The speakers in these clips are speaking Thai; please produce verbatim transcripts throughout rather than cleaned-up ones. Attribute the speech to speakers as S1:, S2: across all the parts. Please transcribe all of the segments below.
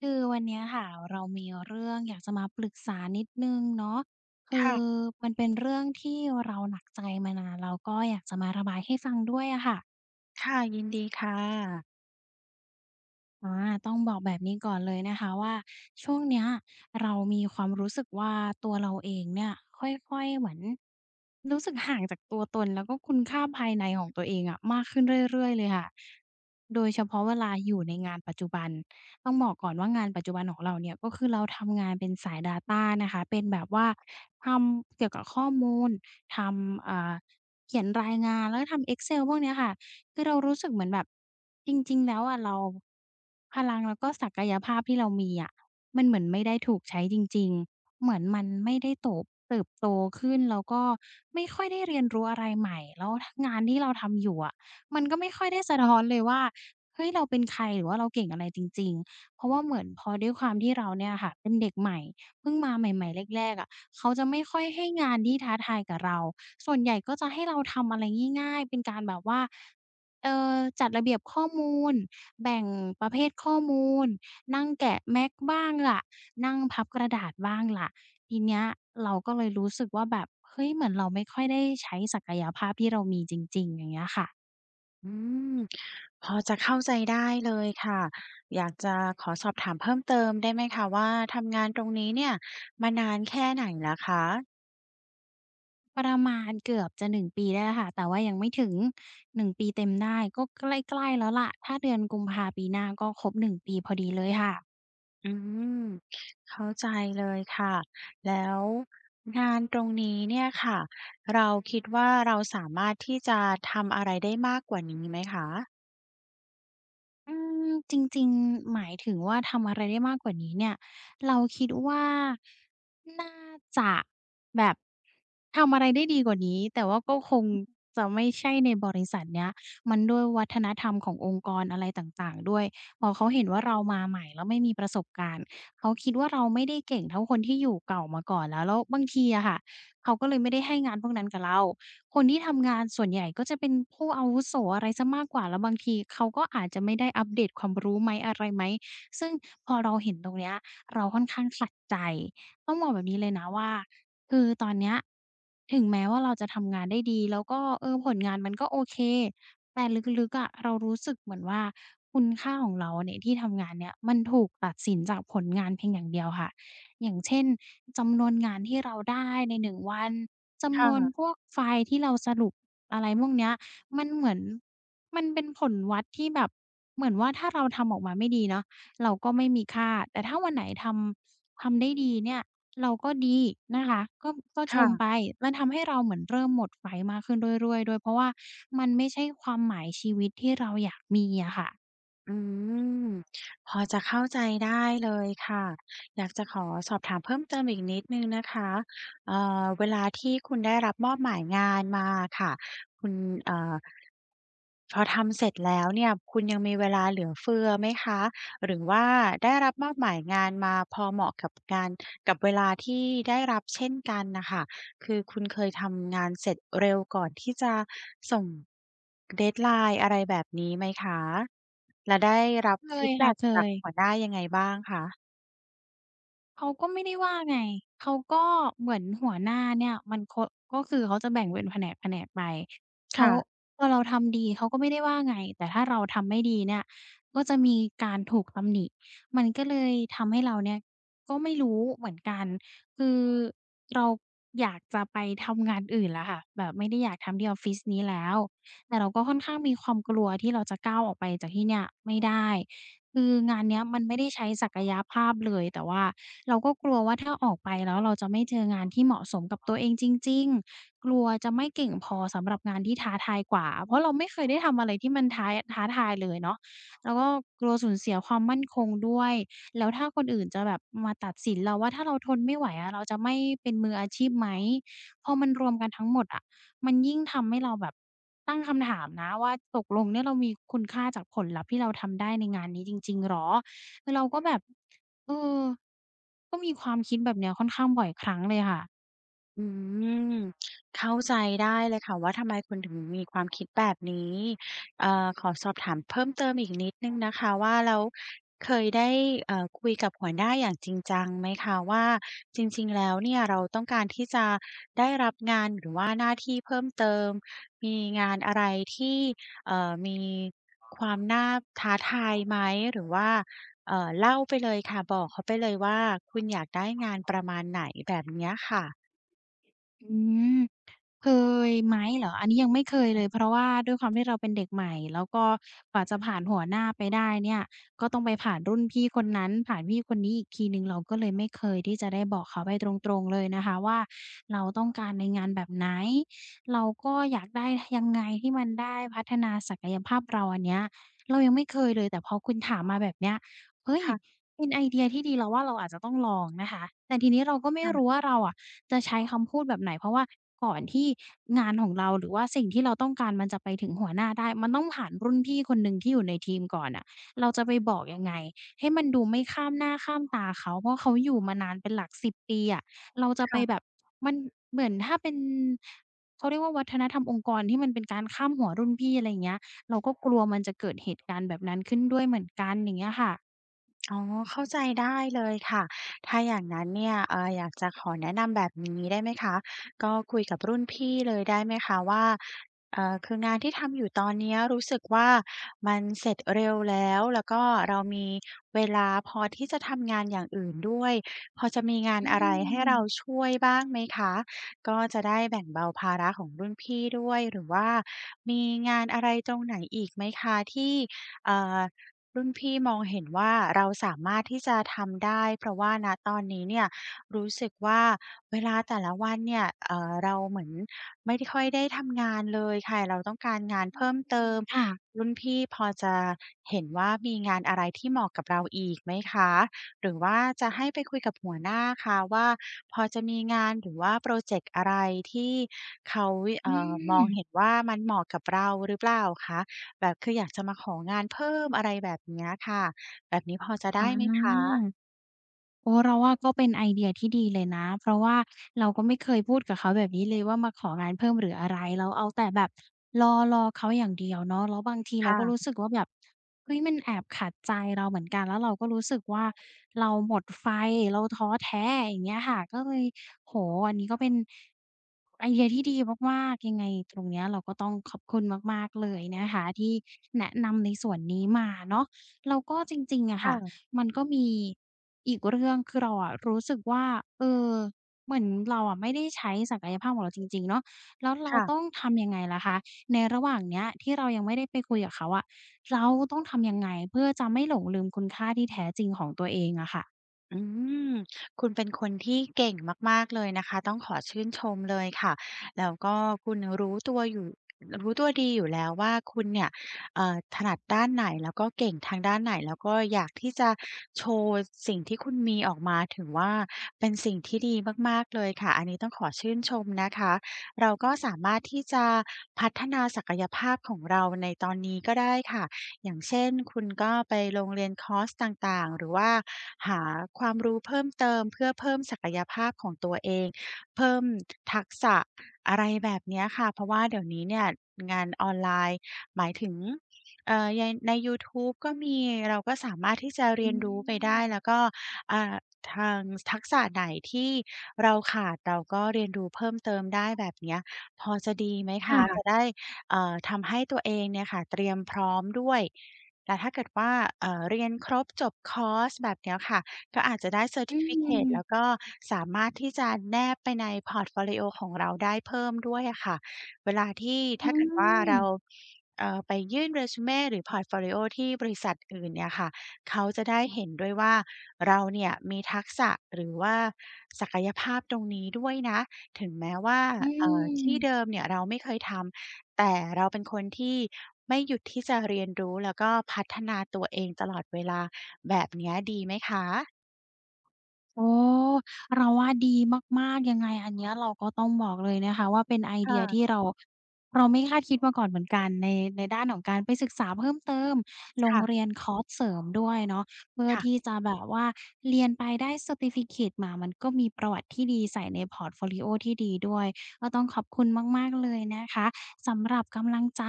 S1: คือวันเนี้ยค่ะเรามีเรื่องอยากจะมาปรึกษานิดหนึ่งเนาะคือ
S2: ค่ะ
S1: มันเป็นเรื่องที่เราหนักใจมานานแล้วก็อยากจะมาระบายให้ฟังด้วยอะค่ะ
S2: ค่ะยินดีค่ะ
S1: อาต้องบอกแบบนี้ก่อนเลยนะคะว่าช่วงเนี้ยเรามีความรู้สึกว่าตัวเราเองเนี่ยค่อยๆเหมือนรู้สึกห่างจากตัวตนแล้วก็คุณค่าภายในของตัวเองอะมากขึ้นเรื่อยๆเลยค่ะโดยเฉพาะเวลาอยู่ในงานปัจจุบันต้องบอกก่อนว่างานปัจจุบันของเราเนี่ยก็คือเราทำงานเป็นสายดาต้านะคะเป็นแบบว่าทำเกี่ยวกับข้อมูลทำเอ่าเขียนรายงานแล้วก็ทำ Excel พวกเนี้ยค่ะ คือเรารู้สึกเหมือนแบบจริงๆแล้วอะเราพลังแล้วก็ศักยภาพที่เรามีอะมันเหมือนไม่ได้ถูกใช้จริงๆเหมือนมันไม่ได้โตบเติบโตขึ้นแล้วก็ไม่ค่อยได้เรียนรู้อะไรใหม่แล้วงานที่เราทำอยู่อะมันก็ไม่ค่อยได้สะท้อนเลยว่าเฮ้ยเราเป็นใครหรือว่าเราเก่งอะไรจริงๆเพราะว่าเหมือนพอด้วยความที่เราเนี่ยค่ะเป็นเด็กใหม่เพิ่งมาใหม่ๆแรกๆอะเขาจะไม่ค่อยให้งานที่ท้าทายกับเราส่วนใหญ่ก็จะให้เราทำอะไรง่ายๆเป็นการแบบว่า เอ่อจัดระเบียบข้อมูลแบ่งประเภทข้อมูลนั่งแกะ Mac บ้างล่ะนั่งพับกระดาษบ้างล่ะทีเนี้ยเราก็เลยรู้สึกว่าแบบเฮ้ยเหมือนเราไม่ค่อยได้ใช้ศักยภาพที่เรามีจริงๆอย่างเงี้ยค่ะ
S2: อืมพอจะเข้าใจได้เลยค่ะอยากจะขอสอบถามเพิ่มเติมได้ไหมคะว่าทำงานตรงนี้เนี่ยมานานแค่ไหนแล้วคะ
S1: ประมาณเกือบจะหนึ่งปีได้แล้วค่ะแต่ว่ายังไม่ถึงหนึ่งปีเต็มได้ก็ใกล้ๆแล้วล่ะถ้าเดือนกุมภาปีหน้าก็ครบหนึ่งปีพอดีเลยค่ะ
S2: อืมเข้าใจเลยค่ะแล้วงานตรงนี้เนี่ยค่ะเราคิดว่าเราสามารถที่จะทำอะไรได้มากกว่านี้ไหมคะ
S1: อืมจริงๆหมายถึงว่าทำอะไรได้มากกว่านี้เนี่ยเราคิดว่าน่าจะแบบทำอะไรได้ดีกว่านี้แต่ว่าก็คงจะไม่ใช่ในบริษัทเนี้ยมันด้วยวัฒนธรรมขององค์กรอะไรต่างๆด้วยพอเขาเห็นว่าเรามาใหม่แล้วไม่มีประสบการณ์เขาคิดว่าเราไม่ได้เก่งเท่าคนที่อยู่เก่ามาก่อนแล้วแล้วบางทีอะค่ะเขาก็เลยไม่ได้ให้งานพวกนั้นกับเรา คนที่ทำงานส่วนใหญ่ก็จะเป็นผู้อาวุโสอะไรเสียมากกว่าแล้วบางทีเขาก็อาจจะไม่ได้อัปเดตความรู้ไหมอะไรไหมซึ่งพอเราเห็นตรงเนี้ยเราค่อนข้างขัดใจต้องบอกแบบนี้เลยนะว่าคือตอนเนี้ยถึงแม้ว่าเราจะทำงานได้ดีแล้วก็เออผลงานมันก็โอเคแต่ลึกๆอะเรารู้สึกเหมือนว่าคุณค่าของเราเนี่ยที่ทำงานเนี่ยมันถูกตัดสินจากผลงานเพียงอย่างเดียวค่ะอย่างเช่นจำนวนงานที่เราได้ในหนึ่งวัน จำนวน
S2: ค่ะ
S1: พวกไฟล์ที่เราสรุปอะไรพวกเนี้ยมันเหมือนมันเป็นผลวัดที่แบบเหมือนว่าถ้าเราทำออกมาไม่ดีเนาะเราก็ไม่มีค่าแต่ถ้าวันไหนทำทำได้ดีเนี่ยเราก็ดีนะคะก็ก็ชมไป
S2: ค่ะ
S1: มันทำให้เราเหมือนเริ่มหมดไฟมากขึ้นเรื่อยๆด้วยเพราะว่ามันไม่ใช่ความหมายชีวิตที่เราอยากมีอะค่ะ
S2: อืมพอจะเข้าใจได้เลยค่ะอยากจะขอสอบถามเพิ่มเติมอีกนิดนึงนะคะเอ่อเวลาที่คุณได้รับมอบหมายงานมาค่ะคุณเอ่อพอทำเสร็จแล้วเนี่ยคุณยังมีเวลาเหลือเฟือไหมคะหรือว่าได้รับมอบหมายงานมาพอเหมาะกับการกับเวลาที่ได้รับเช่นกันน่ะค่ะ คือคุณเคยทำงานเสร็จเร็วก่อนที่จะส่ง เดดไลน์ อะไรแบบนี้ไหมคะ แล้วได้รับ
S1: เค
S2: ฟี
S1: ย
S2: ด
S1: ค่ะ
S2: แบ็ก
S1: เค
S2: จาก
S1: ย
S2: หัวหน้ายังไงบ้างคะ
S1: เขาก็ไม่ได้ว่าไง เขาก็เหมือนหัวหน้าเนี่ยมันโคะก็คือเขาจะแบ่งเป็นแผนกๆไปเขา
S2: ค่ะ
S1: พอเราทำดีเขาก็ไม่ได้ว่าไงแต่ถ้าเราทำไม่ดีเนี่ยก็จะมีการถูกตำหนิมันก็เลยทำให้เราเนี่ยก็ไม่รู้เหมือนกันคือเราอยากจะไปทำงานอื่นแล้วค่ะแบบไม่ได้อยากทำที่ออฟฟิศนี้แล้วแต่เราก็ค่อนข้างมีความกลัวที่เราจะก้าวออกไปจากที่เนี่ยไม่ได้คืองานเนี้ยมันไม่ได้ใช้ศักยภาพเลยแต่ว่า เราก็กลัวว่าถ้าออกไปแล้วเราจะไม่เจองานที่เหมาะสมกับตัวเองจริงๆ กลัวจะไม่เก่งพอสำหรับงานที่ท้าทายกว่าเพราะเราไม่เคยได้ทำอะไรที่มันท้ายท้าทายเลยเนาะแล้วก็กลัวสูญเสียความมั่นคงด้วยแล้วถ้าคนอื่นจะแบบมาตัดสินเราว่าถ้าเราทนไม่ไหวอะเราจะไม่เป็นมืออาชีพไหมพอมันรวมกันทั้งหมดอะมันยิ่งทำให้เราแบบตั้งคำถามนะว่าตกลงเนี่ยเรามีคุณค่าจากผลลัพธ์ที่เราทำได้ในงานนี้จริงๆเหรออเราก็แบบ เออก็มีความคิดแบบเนี้ยค่อนข้างบ่อยครั้งเลยค่ะ
S2: อืมเข้าใจได้เลยค่ะว่าทำไมคุณถึงมีความคิดแบบนี้เอ่อขอสอบถามเพิ่มเติมอีกนิดหนึ่งนะคะว่าแล้วเคยได้เอ่อคุยกับหัวหน้าอย่างจริงจังไหมคะว่าจริงๆแล้วเนี่ยเราต้องการที่จะได้รับงานหรือว่าหน้าที่เพิ่มเติมมีงานอะไรที่เอ่อมีความน่าท้าทายไหมหรือว่าเอ่อเล่าไปเลยค่ะบอกเขาไปเลยว่าคุณอยากได้งานประมาณไหนแบบเนี้ยค่ะ
S1: อืมเคยไหมเหรออันนี้ยังไม่เคยเลยเพราะว่าด้วยความที่เราเป็นเด็กใหม่แล้วก็กว่าจะผ่านหัวหน้าไปได้เนี่ยก็ต้องไปผ่านรุ่นพี่คนนั้นผ่านพี่คนนี้อีกทีหนึ่งเราก็เลยไม่เคยที่จะได้บอกเขาไปตรงๆเลยนะคะว่าเราต้องการในงานแบบไหนเราก็อยากได้ยังไงที่มันได้พัฒนาศักยภาพเราอันเนี้ยเรายังไม่เคยเลยแต่พอคุณถามมาแบบเนี้ยเฮ้ย
S2: ค่ะ
S1: เป็นไอเดียที่ดีเราว่าเราอาจจะต้องลองนะคะแต่ทีนี้เราก็ไม่รู้
S2: ค่
S1: ว่าเราอะจะใช้คำพูดแบบไหนเพราะว่าก่อนที่งานของเราหรือว่าสิ่งที่เราต้องการมันจะไปถึงหัวหน้าได้มันต้องผ่านรุ่นพี่คนหนึ่งที่อยู่ในทีมก่อนน่ะเราจะไปบอกยังไงให้มันดูไม่ข้ามหน้าข้ามตาเขาเพราะเขาอยู่มานานเป็นหลักสิบปีอะเราจะไป
S2: ะ
S1: แบบมันเหมือนถ้าเป็นเขาเรียกว่าวัฒนธรรมองค์กรที่มันเป็นการข้ามหัวรุ่นพี่อะไรอย่างเงี้ยเราก็กลัวมันจะเกิดเหตุการณ์แบบนั้นขึ้นด้วยเหมือนกันอย่างเงี้ยค่ะ
S2: ๆอ๋อเข้าใจได้เลยค่ะถ้าอย่างนั้นเนี่ยเอ่ออยากจะขอแนะนำแบบนี้ได้ไหมคะก็คุยกับรุ่นพี่เลยได้ไหมคะว่าเอ่อคืองานที่ทำอยู่ตอนเนี้ยรู้สึกว่ามันเสร็จเร็วแล้วแล้วก็เรามีเวลาพอที่จะทำงานอย่างอื่นด้วยพอจะมีงาน
S1: อื
S2: อะไรให้เรา
S1: ม
S2: ช่วยบ้างไหมคะก็จะได้แบ่งเบาภาระของรุ่นพี่ด้วยหรือว่ามีงานอะไรตรงไหนอีกไหมคะที่เอ่อ รุ่นพี่มองเห็นว่าเราสามารถที่จะทำได้เพราะว่าณตอนนี้เนี่ยรู้สึกว่าเวลาแต่ละวันเนี่ยเอ่อเราเหมือนไม่ได้ค่อยได้ทำงานเลยค่ะเราต้องการงาน
S1: อื
S2: เพิ่มเติ
S1: ม
S2: ม
S1: ค่ะ
S2: รุ่นพี่พอจะเห็นว่ามีงานอะไรที่เหมาะกับเราอีกไหมคะหรือว่าจะให้ไปคุยกับหัวหน้าคะว่าพอจะมีงานหรือว่าโปรเจกต์อะไรที่เขา
S1: อื
S2: เอ่อมองเห็น
S1: ม
S2: ว่ามันเหมาะกับเราหรือเปล่าคะ แบบคืออยากจะมาของานเพิ่มอะไรแบบเนี้ยค่ะแบบนี้พอจะ
S1: อ
S2: ได้ไหมคะ
S1: า โอ้เราว่าก็เป็นไอเดียที่ดีเลยนะเพราะว่าเราก็ไม่เคยพูดกับเขาแบบนี้เลยว่ามาของานเพิ่มหรืออะไรเราเอาแต่แบบรอรอเขาอย่างเดียวเนาะแล้วบางทีเราก็รู้
S2: ค่ะ
S1: สึกว่าแบบเฮ้ยมันแอบขัดใจเราเหมือนกันแล้วเราก็รู้สึกว่าเราหมดไฟเราท้อแท้อย่างเงี้ยค่ะก็เลยโอ้โฮอันนี้ก็เป็นไอเดียที่ดีมากๆยังไงตรงเนี้ยเราก็ต้องขอบคุณมากๆเลยนะคะที่แนะนำในส่วนนี้มาเนาะแล้วก็จริงๆอะค่ะ
S2: ค่ะ
S1: มันก็มี อีกเรื่องคือเราอะรู้สึกว่าเออเหมือนเราอะไม่ได้ใช้ศักยภาพของเราจริงๆเนาะแล้วเราต้อ
S2: ค่ะ
S1: งทำยังไงล่ะคะในระหว่างเนี้ยที่เรายังไม่ได้ไปคุยกับเขาอะเราต้องทำยังไงเพื่อจะไม่หลงลืมคุณค่าที่แท้จริงของตัวเองอะค่ะ
S2: อืมคุณเป็นคนที่เก่งมากๆเลยนะคะต้องขอชื่นชมเลยค่ะแล้วก็คุณรู้ตัวอยู่รู้ตัวดีอยู่แล้วว่าคุณเนี่ยเอ่อถนัดด้านไหนแล้วก็เก่งทางด้านไหนแล้วก็อยากที่จะโชว์สิ่งที่คุณมีออกมาถือว่าเป็นสิ่งที่ดีมากๆเลยค่ะอันนี้ต้องขอชื่นชมนะคะเราก็สามารถที่จะพัฒนาศักยภาพของเราในตอนนี้ก็ได้ค่ะ อย่างเช่นคุณก็ไปลงเรียนคอร์สต่างๆหรือว่าหาความรู้เพิ่มเติมเพื่อเพิ่มศักยภาพของตัวเองเพิ่มทักษะอะไรแบบเนี้ยค่ะเพราะว่าเดี๋ยวนี้เนี่ยงานออนไลน์หมายถึงเอ่อในในยูทูบก็มีเราก็สามารถที่จะ
S1: อื
S2: เรียนรู้ไปได้
S1: ม
S2: แล้วก็อ่าทางทักษะไหนที่เราขาดเราก็เรียนรู้เพิ่มเติมได้แบบเนี้ยพอจะดีไหม
S1: ค่
S2: คะ
S1: ะ
S2: จะได้ เอ่อทำให้ตัวเองเนี่ยค่ะเตรียมพร้อมด้วย แล้วถ้าเกิดว่าเอ่อเรียนครบจบคอร์สแบบเนี้ยค่ะ ก็อาจจะได้เซอร์
S1: อื
S2: ทิฟิเคต
S1: ม
S2: แล้วก็สามารถที่จะแนบไปในพอร์ตโฟลิโอของเราได้เพิ่มด้วยอะค่ะ เวลาที่
S1: อื
S2: ถ้าเกิดว่า
S1: ม
S2: เราเอ่อไปยื่นเรซูเมหรือพอร์ตโฟลิโอที่บริษัทอื่นเนี่ยค่ะ เขาจะได้เห็นด้วยว่าเราเนี่ยมีทักษะหรือว่าศักยภาพตรงนี้ด้วยนะ ถึงแม้ว่า
S1: อื
S2: เอ่อที่เดิ
S1: ม
S2: มเนี่ยเราไม่เคยทำ แต่เราเป็นคนที่ไม่หยุดที่จะเรียนรู้แล้วก็พัฒนาตัวเองตลอดเวลาแบบเนี้ยดีไหมคะ
S1: โอ้เราว่าดีมากๆยังไงอันเนี้ยเราก็ต้องบอกเลยนะคะว่าเป็นไอเดียที่
S2: ค่ะ
S1: เราเราไม่คาดคิดมาก่อนเหมือนกันในในด้านของการไปศึกษาเพิ่มเติมลงเรี
S2: ค่ะ
S1: ยนคอร์สเสริมด้วยเนาะเพื่อที่
S2: ค่ะ
S1: จะแบบว่าเรียนไปได้เซอร์ติฟิเคตมามันก็มีประวัติที่ดีใส่ในพอร์ตโฟลิโอที่ดีด้วยก็ต้องขอบคุณมากๆเลยนะคะสำหรับกำลังใจ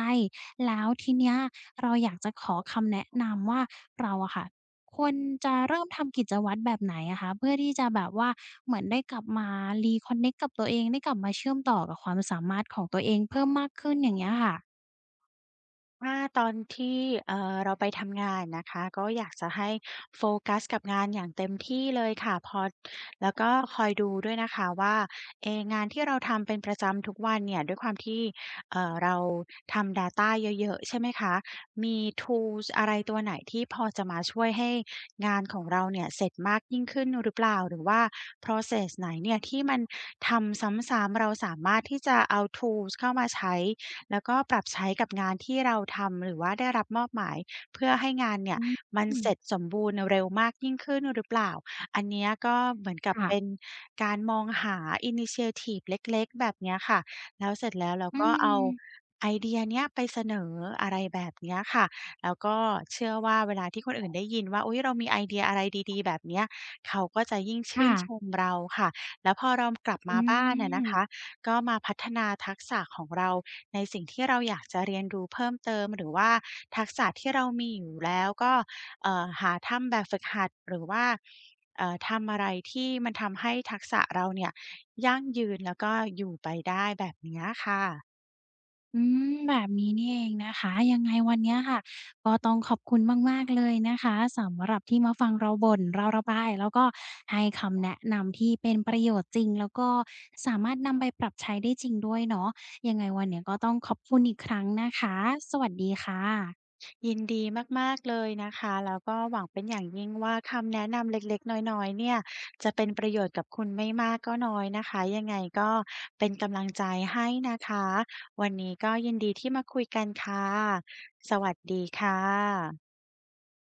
S1: แล้วทีเนี้ยเราอยากจะขอคำแนะนำว่าเราอะค่ะ ควรจะเริ่มทำกิจวัตรแบบไหนอะคะเพื่อที่จะแบบว่าเหมือนได้กลับมา reconnect กับตัวเองได้กลับมาเชื่อมต่อกับความสามารถของตัวเองเพิ่มมากขึ้นอย่างเงี้ยค่ะ
S2: ว่าตอนที่เอ่อเราไปทำงานนะคะก็อยากจะให้โฟกัสกับงานอย่างเต็มที่เลยค่ะพอแล้วก็คอยดูด้วยนะคะว่าเอ๊งานที่เราทำเป็นประจำทุกวันเนี่ยด้วยความที่เอ่อเราทำ ดาต้า เยอะๆใช่ไหมคะมี tools อะไรตัวไหนที่พอจะมาช่วยให้งานของเราเนี่ยเสร็จมากยิ่งขึ้นหรือเปล่าหรือว่า โพรเซส ไหนเนี่ยที่มันทำซ้ำๆเราสามารถที่จะเอา tools เข้ามาใช้ แล้วก็ปรับใช้กับงานที่เราทำหรือว่าได้รับมอบหมายเพื่อให้งานเนี่
S1: อื
S2: ยมัน
S1: ม
S2: เสร็จสมบูรณ์เร็วมากยิ่งขึ้นหรือเปล่าอันเนี้ยก็เหมือนกับ
S1: ค่ะ
S2: เป็นการมองหาอินิช เอ ที ไอ ทิฟเล็กๆแบบเนี้ยค่ะแล้วเสร็จแล้วเรา
S1: อื
S2: ก็เอา
S1: ม
S2: ไอเดียเนี้ยไปเสนออะไรแบบเนี้ยค่ะแล้วก็เชื่อว่าเวลาที่คนอื่นได้ยินว่าอุ๊ยเรามีไอเดียอะไรดีๆแบบเนี้ยเขาก็จะยิ่งชื่
S1: ค่ะ
S2: นชมเราค่ะแล้วพอเรากลับ
S1: อื
S2: มาบ้านอะนะคะ
S1: ม
S2: ก็มาพัฒนาทักษะของเราในสิ่งที่เราอยากจะเรียนรู้เพิ่มเติมหรือว่าทักษะที่เรามีอยู่แล้วก็เอ่อหาทำแบบฝึกหัดหรือว่าเอ่อทำอะไรที่มันทำให้ทักษะเราเนี่ยยั่งยืนแล้วก็อยู่ไปได้แบบเนี้ยค่ะ
S1: อืมแบบนี้นี่เองนะคะยังไงวันเนี้ยค่ะก็ต้องขอบคุณมากๆเลยนะคะสำหรับที่มาฟังเราบ่นเราระบายแล้วก็ให้คำแนะนำที่เป็นประโยชน์จริงแล้วก็สามารถนำไปปรับใช้ได้จริงด้วยเนาะยังไงวันเนี้ยก็ต้องขอบคุณอีกครั้งนะคะสวัสดีค่ะ
S2: ยินดีมากๆเลยนะคะ แล้วก็หวังเป็นอย่างยิ่งว่าคำแนะนำเล็กๆน้อยๆเนี่ยจะเป็นประโยชน์กับคุณไม่มากก็น้อยนะคะ ยังไงก็เป็นกำลังใจให้นะคะ วันนี้ก็ยินดีที่มาคุยกันค่ะ สวัสดีค่ะ